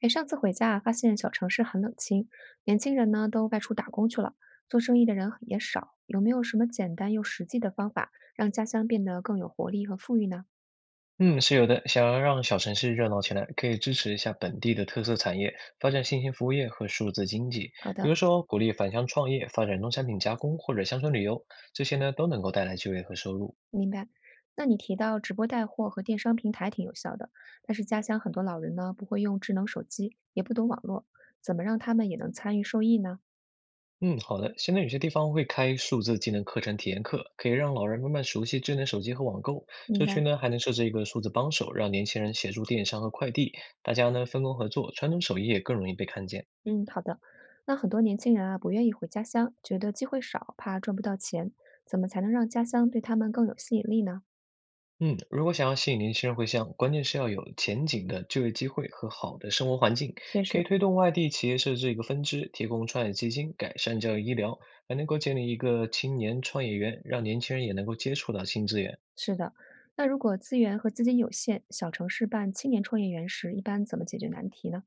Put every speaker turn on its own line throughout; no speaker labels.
哎，上次回家啊发现小城市很冷清，年轻人呢都外出打工去了，做生意的人也少。有没有什么简单又实际的方法，让家乡变得更有活力和富裕呢？
嗯，是有的。想要让小城市热闹起来，可以支持一下本地的特色产业，发展新型服务业和数字经济。
好
比
的。
如说，鼓励返乡创业，发展农产品加工或者乡村旅游，这些呢都能够带来就业和收入。
明白。那你提到直播带货和电商平台挺有效的，但是家乡很多老人呢不会用智能手机，也不懂网络，怎么让他们也能参与受益呢？
嗯，好的。现在有些地方会开数字技能课程体验课，可以让老人慢慢熟悉智能手机和网购。
明
社区
白。
呢还能设置一个数字帮手，让年轻人协助电商和快递，大家呢分工合作，传统手艺也更容易被看见。
嗯，好的。那很多年轻人啊不愿意回家乡，觉得机会少，怕赚不到钱，怎么才能让家乡对他们更有吸引力呢？
嗯，如果想要吸引年轻人回乡，关键是要有前景的就业机会和好的生活环境，
确
可
实。
以推动外地企业设置一个分支，提供创业基金，改善教育医疗，还能够建立一个青年创业园，让年轻人也能够接触到新资源。
是的，那如果资源和资金有限，小城市办青年创业园时，一般怎么解决难题呢？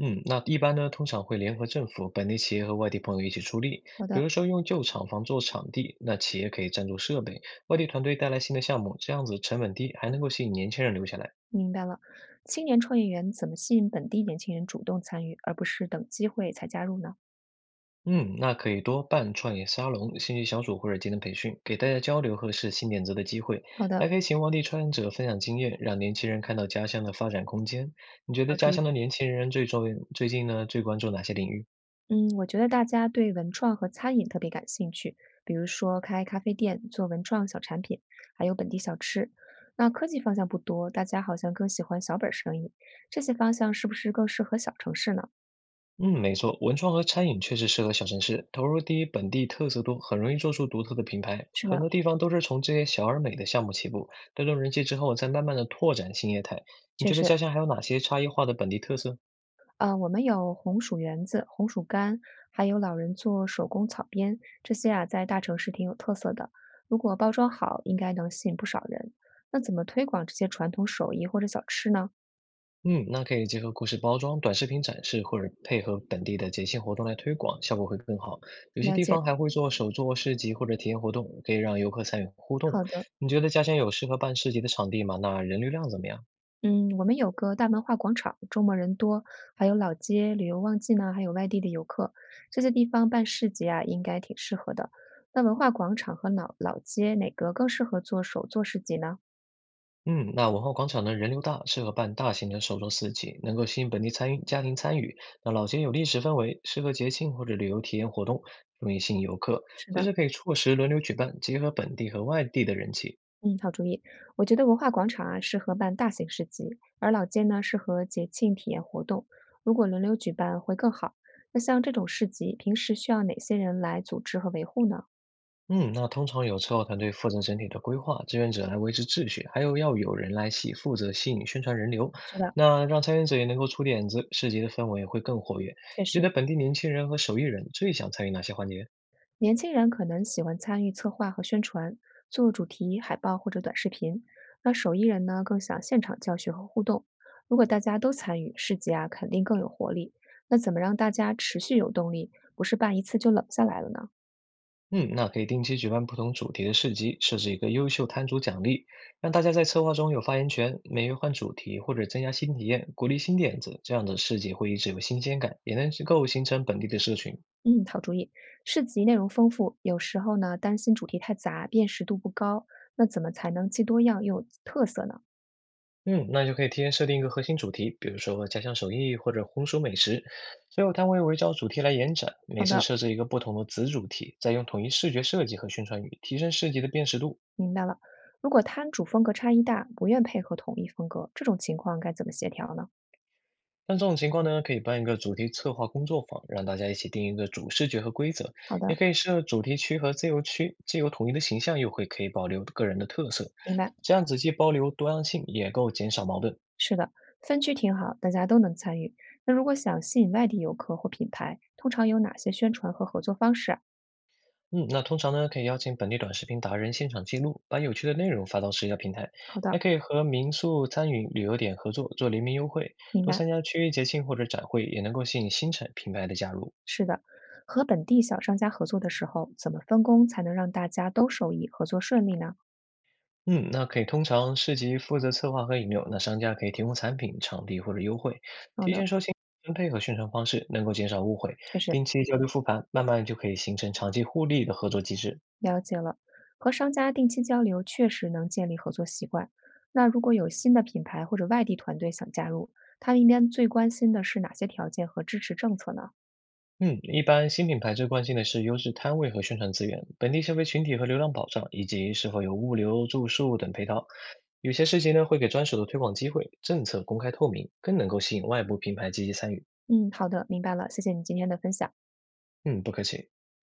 嗯，那一般呢，通常会联合政府、本地企业和外地朋友一起出力，
好
比
的，
如说用旧厂房做场地，那企业可以赞助设备，外地团队带来新的项目，这样子成本低，还能够吸引年轻人留下来。
明白了。青年创业园怎么吸引本地年轻人主动参与，而不是等机会才加入呢？
嗯，那可以多办创业沙龙、兴趣小组或者技能培训，给大家交流和试新点子的机会，
好的，
还可以请当地创业者分享经验，让年轻人看到家乡的发展空间。你觉
要
得
注
家
意。
乡的年轻人最近呢最关注哪些领域？
嗯，我觉得大家对文创和餐饮特别感兴趣，比如说开咖啡店、做文创小产品，还有本地小吃。那科技方向不多，大家好像更喜欢小本儿生意，这些方向是不是更适合小城市呢？
嗯，没错，文创和餐饮确实适合小城市，投入低，本地特色多，很容易做出独特的品牌。
是
很
的，
多地方都是从这些小而美的项目起步，带动人气之后，再慢慢的拓展新业态。你
确
觉得
实。
家乡还有哪些差异化的本地特色？
我们有红薯园子、红薯干，还有老人做手工草编，这些啊在大城市挺有特色的。如果包装好，应该能吸引不少人。那怎么推广这些传统手艺或者小吃呢？
嗯，那可以结合故事包装、短视频展示，或者配合本地的节庆活动来推广，效果会更好。有些
了
地
解，
方还会做手作市集或者体验活动，可以让游客参与互动。
好的。
你觉得家乡有适合办市集的场地吗？那人流量怎么样？
嗯，我们有个大文化广场，周末人多，还有老街旅游旺季呢，还有外地的游客，这些地方办市集啊，应该挺适合的。那文化广场和老老街哪个更适合做手作市集呢？
嗯，那文化广场呢，人流大，适合办大型的手作市集，能够吸引本地参与家庭参与。那老街有历史氛围，适合节庆或者旅游体验活动，容易吸引游客。
是
其
的。
实可以错时轮流举办，结合本地和外地的人气。
嗯，好主意。我觉得文化广场啊适合办大型市集，而老街呢适合节庆体验活动。如果轮流举办会更好。那像这种市集，平时需要哪些人来组织和维护呢？
嗯，那通常有策划团队负责整体的规划，志愿者来维持秩序，还有要有人来吸负责吸引宣传人流，
是的，
那让参与者也能够出点子，市集的氛围会更活跃。
确
觉得
实，
本地年轻人和手艺人最想参与哪些环节？
年轻人可能喜欢参与策划和宣传，做主题海报或者短视频。那手艺人呢更想现场教学和互动。如果大家都参与，市集啊肯定更有活力。那怎么让大家持续有动力，不是办一次就冷下来了呢？
嗯，那可以定期举办不同主题的市集，设置一个优秀摊主奖励，让大家在策划中有发言权，每月换主题或者增加新体验，鼓励新点子，这样的市集会一直有新鲜感，也能够形成本地的社群。
嗯，好主意。市集内容丰富，有时候呢担心主题太杂，辨识度不高，那怎么才能既多样又有特色呢？
嗯，那就可以提前设定一个核心主题，比如说家乡手艺或者红薯美食，所后摊会围绕主题来延展，每
好
次
的，
设置一个不同的子主题，再用统一视觉设计和宣传语提升市集的辨识度。
明白了。如果摊主风格差异大，不愿配合统一风格，这种情况该怎么协调呢？
像这种情况呢，可以办一个主题策划工作坊，让大家一起定一个主视觉和规则，
好
也
的，
可以设主题区和自由区，既有统一的形象，又会可以保留个人的特色，
明白。
这样子既保留多样性，也够减少矛盾。
是的，分区挺好，大家都能参与。那如果想吸引外地游客或品牌，通常有哪些宣传和合作方式啊？
嗯，那通常呢，可以邀请本地短视频达人现场记录，把有趣的内容发到社交平台，
好
还
的，
可以和民宿、餐饮、旅游点合作，做联名优惠，
明
多
白。
参加区域节庆或者展会，也能够吸引新产品牌的加入。
是的，和本地小商家合作的时候，怎么分工才能让大家都受益，合作顺利呢？
嗯，那可以通常市集负责策划和引流，那商家可以提供产品、场地或者优惠，
好
提
的。
前说清分配和宣传方式，能够减少误会。
确实，
定期交流复盘，慢慢就可以形成长期互利的合作机制。
了解了，和商家定期交流确实能建立合作习惯。那如果有新的品牌或者外地团队想加入，他们一般最关心的是哪些条件和支持政策呢？
嗯，一般新品牌最关心的是优质摊位和宣传资源、本地消费群体和流量保障，以及是否有物流、住宿等配套。有些事情呢会给专属的推广机会，政策公开透明，更能够吸引外部品牌积极参与。
嗯，好的，明白了，谢谢你今天的分享。
嗯，不客气。